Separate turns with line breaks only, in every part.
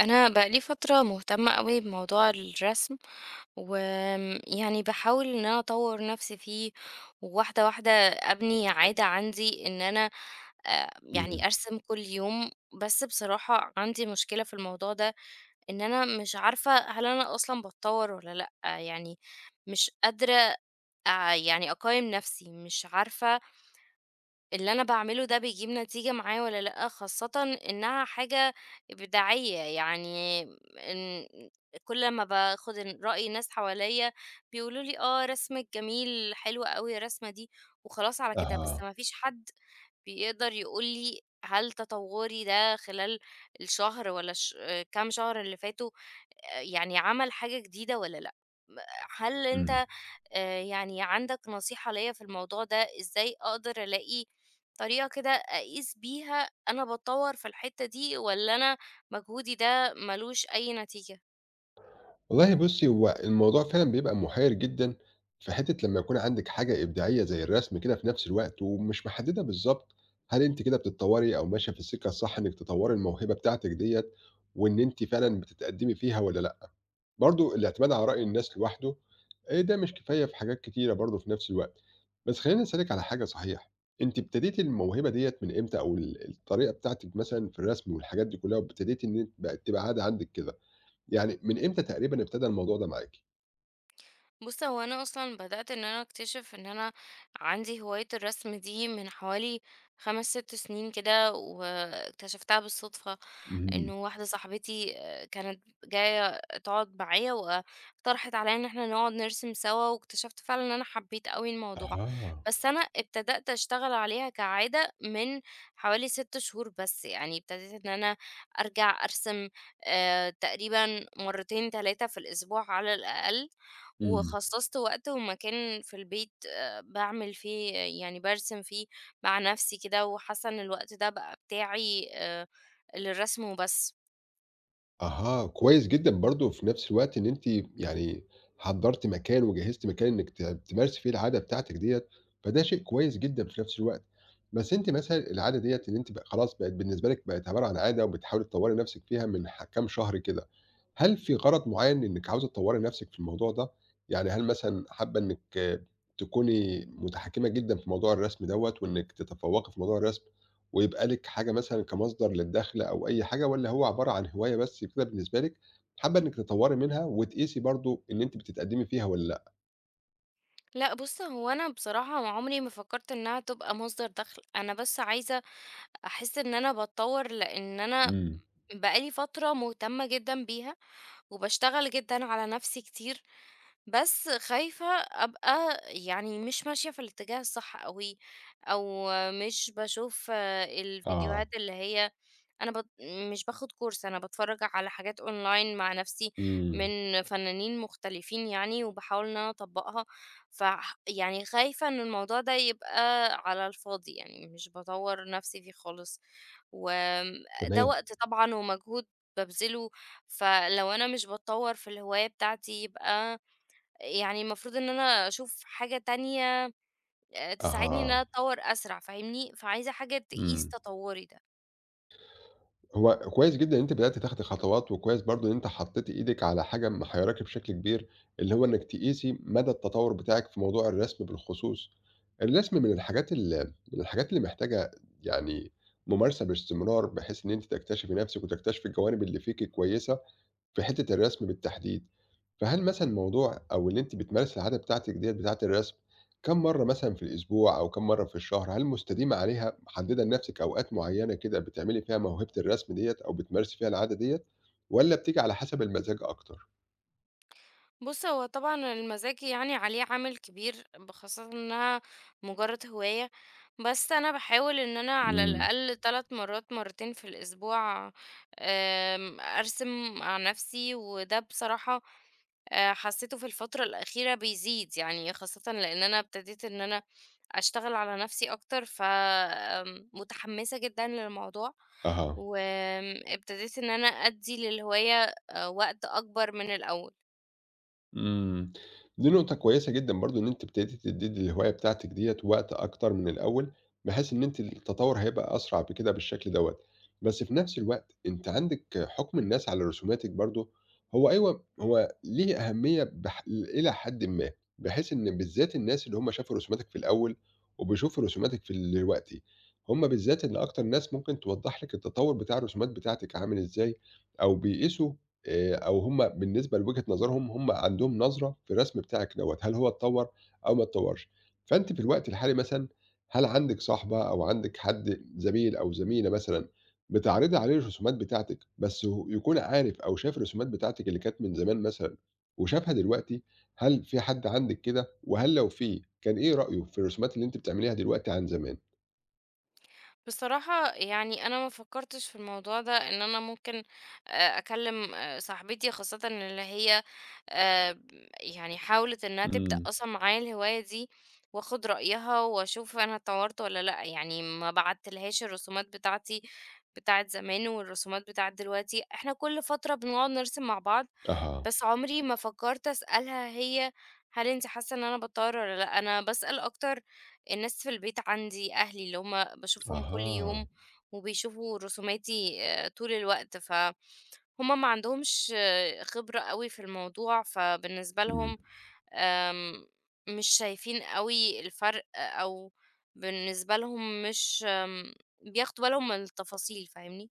أنا بقى لي فترة مهتمة أوي بموضوع الرسم، ويعني باحاول إن أنا أطور نفسي فيه، وواحدة واحدة أبني عادة عندي إن أنا
إمم،
يعني أرسم كل يوم. بس بصراحة عندي مشكلة في الموضوع ده، إن أنا مش عارفة هل أنا أصلًا باتطور والّا لأ، يعني مش قادرة يعني أقيّم نفسي، مش عارفة اللي أنا باعمله ده بيجيب نتيجة معايا والّا لأ، خاصةً إنها حاجة إبداعية، يعني إن كل ما باخد رأي ناس حواليّا بيقولوا لي: "آه، رسمِك جميل، حلوة أوي الرسمة دي." وخلاص على كده، بس
أها،
ما فيش حد بيقدر يقول لي هل تطوّري ده خلال الشهر والّا كام شهر اللي فاتوا يعني عمل حاجة جديدة والّا لأ؟ م هل
إمم.
أنت يعني عندك نصيحة ليّا في الموضوع ده، إزاي أقدر ألاقي طريقة كده أقيس بيها أنا باتطوّر في الحتّة دي والّا أنا مجهودي ده ما لوش أي نتيجة؟
والله بُصّي، هو الموضوع فعلًا بيبقى مُحيّر جدًا في حتّة لمّا يكون عندِك حاجة إبداعية زي الرسم كده في نفس الوقت ومش محدّدة بالضبط هل أنتِ كده بتتطوّري أو ماشية في السِكّة الصح إنِّك تطوّري الموهبة بتاعتِك ديّة وإن أنتِ فعلًا بتتقدّمي فيها والّا لأ. برضه الاعتماد على رأي الناس لوحده ده مش كفاية في حاجات كتيرة برضه في نفس الوقت. بس خلّيني أسألِك على حاجة صحيح، أنتِ ابتديتِ الموهبة ديّة من إمتى أو الطريقة بتاعتِك مثلًا في الرسم والحاجات دي كُلّها وابتديتِ إن أنتِ بقت تبقى عادة عندِك كده؟ يعني من إمتى تقريبًا ابتدى الموضوع ده معاكِ؟
بُص، هو أنا أصلًا بدأت إن أنا أكتشف إن أنا عندي هواية الرسم دي من حوالي 5، 6 سنين كده واكتشفتها بالصدفة.
اهم.
إنه واحدة صاحبتي كانت جاية تقعد معايا واقترحت عليَّ إن إحنا نقعد نرسم سوا، واكتشفت فعلًا إن أنا حبيت أوي الموضوع.
أها.
بس أنا ابتدأت أشتغل عليها كعادة من حوالي 6 شهور بس، يعني ابتديت إن أنا أرجع أرسم تقريبًا مرتين 3 في الأسبوع على الأقل،
إمم.
وخصصت وقت ومكان في البيت باعمل فيه يعني بارسم فيه مع نفسي كده، وحاسة إن الوقت ده بقى بتاعي للرسم وبس.
أها، كويس جدًا برضه في نفس الوقت إن أنتِ يعني حضّرتِ مكان وجهّزتِ مكان إنِّك تمارسي فيه العادة بتاعتِك ديّة، فده شيء كويس جدًا في نفس الوقت. بس أنتِ مثلًا العادة ديّة إن أنتِ بقى خلاص بقت بالنسبة لِك بقت عبارة عن عادة وبتحاولي تطوّري نفسِك فيها من كام شهر كده، هل في غرض معيّن إنِّك عاوزة تطوّري نفسِك في الموضوع ده؟ يعني هل مثلًا حابة إنِّك تكوني متحكّمة جدًا في موضوع الرسم دوّة وإنِّك تتفوّقي في موضوع الرسم؟ ويبقى لِك حاجة مثلًا كمصدر للدخل أو أي حاجة، والّا هو عبارة عن هواية بس كده بالنسبة لِك، حابة إنِّك تطوّري منها وتقيسي برضه إن أنتِ بتتقدّمي فيها والّا لأ؟
لا بص، هو انا بصراحة ما عمري ما فكرت انها تبقى مصدر دخل، انا بس عايزة احس ان انا بتطور لان انا
إمم،
بقالي فترة مهتمة جدا بيها وبشتغل جدا على نفسي كتير، بس خايفة أبقى يعني مش ماشية في الاتجاه الصح أوي، أو مش باشوف
آه،
الفيديوهات اللي هي أنا بت... مش باخد كورس، أنا باتفرج على حاجات أونلاين مع نفسي
إمم،
من فنانين مختلفين يعني وبحاول إن أنا أطبقها، ف يعني خايفة إن الموضوع ده يبقى على الفاضي يعني مش بطور نفسي فيه خالص، وده
تمام،
وقت طبعا ومجهود ببذله. فلو أنا مش بتطور في الهواية بتاعتي يبقى يعني المفروض إن أنا أشوف حاجة تانية تساعدني إن
أها،
أنا أتطوّر أسرع، فاهمني؟ فعايزة حاجة تقيس
إمم.
تطوّري ده.
هو كويس جدًا إن أنتِ بدأتِ تاخدي خطوات، وكويس برضه إن أنتِ حطيتِ إيدِك على حاجة محيّراكِ بشكل كبير، اللي هو إنِّك تقيسي مدى التطوّر بتاعِك في موضوع الرسم بالخصوص. الرسم من الحاجات من الحاجات اللي محتاجة يعني ممارسة باستمرار، بحيث إن أنتِ تكتشفي نَفْسِك وتكتشفي الجوانب اللي فيكِ كويسة في حتّة الرسم بالتحديد، فهل مثلًا الموضوع أو اللي أنتِ بتمارسي العادة بتاعتِك ديّة بتاعة الرسم، كام مرّة مثلًا في الأسبوع أو كام مرّة في الشهر؟ هل مستديمة عليها، محددة لنفسِك أوقات معيّنة كده بتعملي فيها موهبة الرسم ديّة أو بتمارسي فيها العادة ديّة، والّا بتيجي على حسب المزاج أكتر؟
بُص، هو طبعًا المزاج يعني عليه عامل كبير، بخاصة إنها مجرد هواية، بس أنا باحاول إن أنا على
إمم،
الأقل 3 مرات، مرتين في الأسبوع، أرسم مع نفسي، وده بصراحة حسيته في الفترة الأخيرة بيزيد يعني، خاصةً لإن أنا ابتديت إن أنا أشتغل على نفسي أكتر، ف آمم، متحمسة جدًا للموضوع،
أها.
وآمم، ابتديت إن أنا أدّي للهواية وقت أكبر من الأول.
إمم، دي نقطة كويسة جدًا برضه، إن أنتِ ابتديتِ تدّي للهواية بتاعتِك ديّة وقت أكتر من الأول، بحيث إن أنتِ التطوّر هيبقى أسرع بكده بالشكل دوّة. بس في نفس الوقت أنتِ عندِك حُكم الناس على رسوماتِك برضه، هو أيوه، هو ليه أهمية إلى حدٍ ما، بحيث إن بالذات الناس اللي هم شافوا رسوماتِك في الأول وبيشوفوا رسوماتِك في دلوقتي، هم بالذات اللي أكتر ناس ممكن توضّح لِك التطوّر بتاع الرسومات بتاعتِك عامل إزاي أو بيقيسوا أو هم بالنسبة لوجهة نظرهم، هم عندهم نظرة في الرسم بتاعِك دوّة، هل هو اتطوّر أو ما اتطوّرش. فأنتِ في الوقت الحالي مثلًا، هل عندِك صاحبة أو عندِك حد زميل أو زميلة مثلًا، بتعرضي عليه الرسومات بتاعتِك، بس هو يكون عارف أو شاف الرسومات بتاعتِك اللي كانت من زمان مثلًا وشافها دلوقتي، هل في حد عندِك كده؟ وهل لو في، كان إيه رأيه في الرسومات اللي أنتِ بتعمليها دلوقتي عن زمان؟
بصراحة يعني أنا ما فكرتش في الموضوع ده إن أنا ممكن أكلم صاحبتي خاصة اللي هي آه، يعني حاولت إنها تبدأ
إمم،
أصلا معايا الهواية دي، وأخد رأيها وأشوف أنا اتطورت ولا لأ، يعني ما بعتلهاش الرسومات بتاعتي بتاعت زمان والرسومات بتاعت دلوقتي، احنا كل فترة بنقعد نرسم مع بعض،
أها،
بس عمري ما فكرت أسألها هي هل انت حاسة ان انا بتطور ولا لا. انا بسأل اكتر الناس في البيت عندي أهلي اللي هم باشوفهم كل
أها،
يوم، وبيشوفوا رسوماتي طول الوقت، فهُم ما عندهمش خبرة أوي في الموضوع، فبالنسبة
إمم.
لهم آمم، مش شايفين أوي الفرق، أو بالنسبة لهم مش بياخدوا بالهم من التفاصيل، فاهمني؟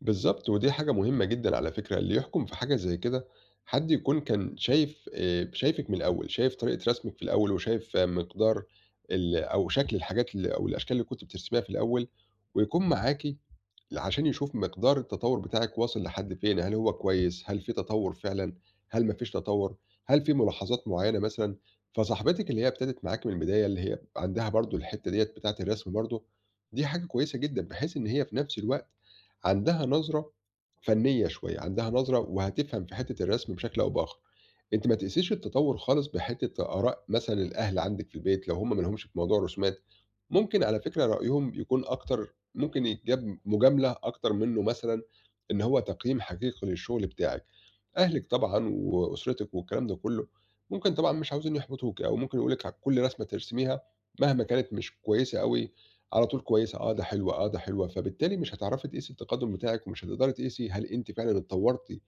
بالضبط، ودي حاجة مهمة جدًا على فكرة، اللي يحكم في حاجة زي كده حد يكون كان شايف شايفِك من الأول، شايف طريقة رسمِك في الأول، وشايف مقدار أو شكل الحاجات أو الأشكال اللي كنتِ بترسميها في الأول، ويكون معاكِ عشان يشوف مقدار التطور بتاعِك واصل لحد فين، هل هو كويس، هل في تطور فعلًا، هل ما فيش تطور، هل في ملاحظات معينة مثلًا، فصاحبتِك اللي هي ابتدت معاكِ من البداية اللي هي عندها برضه الحتة ديّة بتاعة الرسم برضه، دي حاجة كويسة جدًا، بحيث إن هي في نفس الوقت عندها نظرة فنية شوية، عندها نظرة وهتفهم في حتّة الرسم بشكل أو بآخر. أنتِ ما تقيسيش التطوّر خالص بحتّة آراء مثلًا الأهل عندِك في البيت لو هم ما لهمش في موضوع الرسومات، ممكن على فكرة رأيهم يكون أكتر ممكن يتجاب مجاملة أكتر منّه مثلًا إن هو تقييم حقيقي للشغل بتاعِك. أهلِك طبعًا وأسرتِك والكلام ده كلّه، ممكن طبعًا مش عاوزين يحبطوكِ أو ممكن يقولوا لِك على كل رسمة ترسميها مهما كانت مش كويسة أوي، على طول كويسة، آه ده حلوة، آه ده حلوة، فبالتالي مش هتعرفي تقيسي التقدُّم بتاعِك ومش هتقدري تقيسي هل أنتِ فعلًا اتطوّرتِ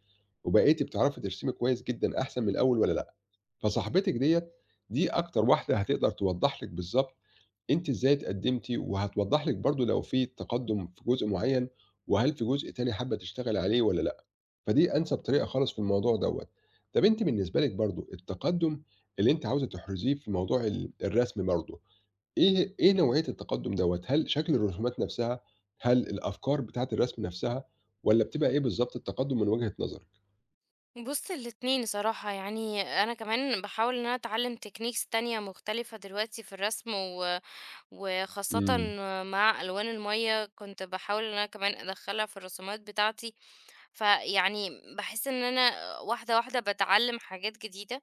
وبقيتِ بتعرفي ترسمي كويس جدًا أحسن من الأول والّا لأ؟ فصاحبتِك ديّة، دي أكتر واحدة هتقدر توضّح لِك بالضبط أنتِ إزاي اتقدّمتِ، وهتوضّح لِك برضه لو في تقدُّم في جزء معيّن، وهل في جزء تاني حابة تشتغلي عليه والّا لأ، فدي أنسب طريقة خالص في الموضوع دوّة. طَب أنتِ بالنسبة لِك برضه التقدُّم اللي أنتِ عاوزة تحرزيه في موضوع الرسم برضه، إيه نوعية التقدُّم دوّة؟ هل شكل الرسومات نَفْسها، هل الأفكار بتاعة الرسم نَفْسها، والّا بتبقى إيه بالضبط التقدُّم من وجهة نظرِك؟
بُص الاتنين صراحة، يعني أنا كمان باحاول إن أنا أتعلّم techniques تانية مختلفة دلوقتي في الرسم و وخاصةً
إمم،
مع ألوان المَيّة، كنت باحاول إن أنا كمان أدخّلها في الرسومات بتاعتي، فيعني باحس إن أنا واحدة، واحدة باتعلّم حاجات جديدة،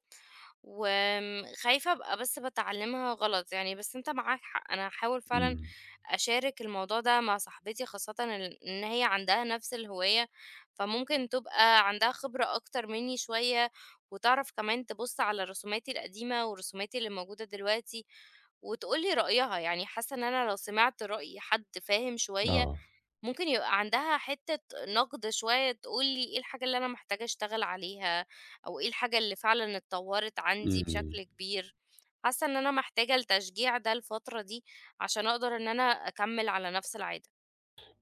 وآمم خايفة أبقى بس باتعلّمها غلط يعني. بس أنت معاك حق، أنا هاحاول فعلًا
إمم.
أشارك الموضوع ده مع صاحبتي خاصةً إن هي عندها نفس الهواية، فممكن تبقى عندها خبرة أكتر منّي شوية، وتعرف كمان تبُص على رسوماتي القديمة ورسوماتي اللي موجودة دلوقتي، وتقول لي رأيها، يعني حاسة إن أنا لو سمعت رأي حد فاهم شوية
آه،
ممكن يبقى عندها حتة نقد شوية تقول لي إيه الحاجة اللي أنا محتاجة أشتغل عليها أو إيه الحاجة اللي فعلًا اتطورت عندي
إمم،
بشكل كبير. حاسة إن أنا محتاجة التشجيع ده الفترة دي عشان أقدر إن أنا أكمل على نفس العادة.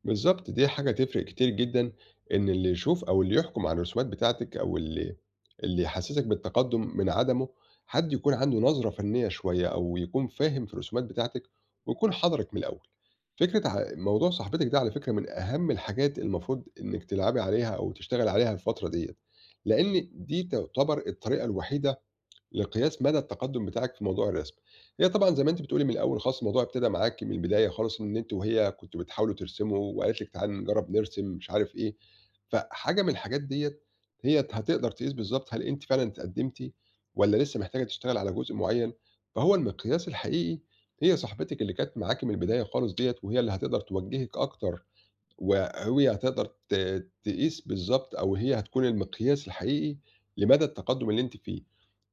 بالضبط، دي حاجة تفرق كتير جدًا، إن اللي يشوف أو اللي يحكم على الرسومات بتاعتِك أو اللي يحسسِك بالتقدُّم من عدمه، حد يكون عنده نظرة فنية شوية أو يكون فاهم في الرسومات بتاعتِك ويكون حاضرِك من الأول. فكرة ع موضوع صاحبتِك ده على فكرة من أهم الحاجات المفروض إنِّك تلعبي عليها أو تشتغلي عليها الفترة ديّة، لإن دي تعتبر الطريقة الوحيدة لقياس مدى التقدم بتاعك في موضوع الرسم. هي طبعًا زي ما أنتِ بتقولي من الأول خالص الموضوع ابتدى معاكِ من البداية خالص إن أنتِ وهي كنتم بتحاولوا ترسموا وقالت لِك تعالي نجرّب نرسم مش عارف إيه، فحاجة من الحاجات ديّة هي هتقدر تقيس بالضبط هل أنتِ فعلًا اتقدمتِ والّا لسه محتاجة تشتغلي على جزء معيّن، فهو المقياس الحقيقي هي صاحبتِك اللي كانت معاكِ من البداية خالص ديّة وهي اللي هتقدر توجهِك أكتر وهي هتقدر تقيس بالضبط أو هي هتكون المقياس الحقيقي لمدى التقدُّم اللي أنتِ فيه.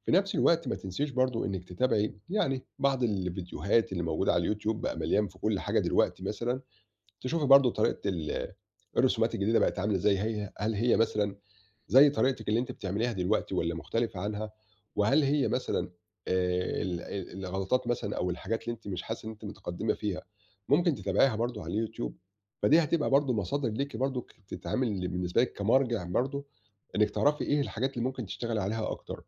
في نفس الوقت ما تنسيش برضه إنِّك تتابعي يعني بعض الفيديوهات اللي موجودة على اليوتيوب، بقى مليان في كل حاجة دلوقتي مثلًا، تشوفي برضه طريقة الرسومات الجديدة بقت عاملة إزاي، هي هل هي مثلًا زي طريقتِك اللي أنتِ بتعمليها دلوقتي والّا مختلفة عنها؟ وهل هي مثلًا ال ال الغلطات مثلًا أو الحاجات اللي أنتِ مش حاسة إن أنتِ متقدِّمة فيها، ممكن تتابعيها برضه على اليوتيوب؟ فدي هتبقى برضه مصادر ليكِ برضه تتعامل بالنسبة لِك كمرجع برضه، إنِّك تعرفي إيه الحاجات اللي ممكن تشتغلي عليها أكتر.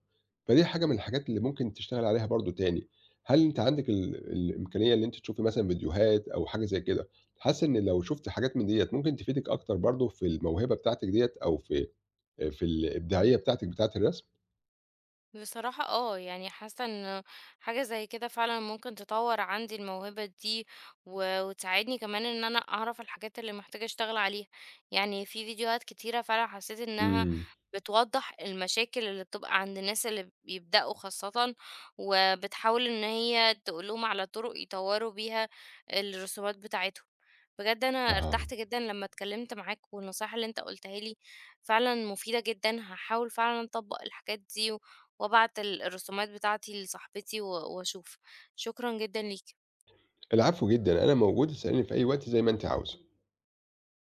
فدي حاجة من الحاجات اللي ممكن تشتغلي عليها برضه تاني. هل أنتِ عندِك الإمكانية اللي أنتِ تشوفي مثلًا فيديوهات أو حاجة زي كده، حاسة إن لو شُفتِ حاجات من ديّة ممكن تفيدِك أكتر برضه في الموهبة بتاعتِك ديّة أو في في الإبداعية بتاعتِك بتاعة الرسم؟
بصراحة يعني حاسة ان حاجة زي كده فعلا ممكن تطور عندي الموهبة دي و- وتساعدني كمان ان انا اعرف الحاجات اللي محتاجة اشتغل عليها، يعني في فيديوهات كتيرة فعلا حسيت انها
إمم.
بتوضح المشاكل اللي بتبقى عند الناس اللي بيبدأوا خاصة، وبتحاول ان هي تقولهم على طرق يطوروا بيها الرسومات بتاعتهم. بجد انا
آه.
ارتحت جدا لما اتكلمت معاك والنصائح اللي انت قلتها لي فعلا مفيدة جدا. هحاول فعلا اطبق الحاجات دي وأبعت الرسومات بتاعتي لصاحبتي و وأشوف. شكرًا جدًا ليك.
العفو جدًا، أنا موجود، اسأليني في أي وقت زي ما أنتِ عاوزة.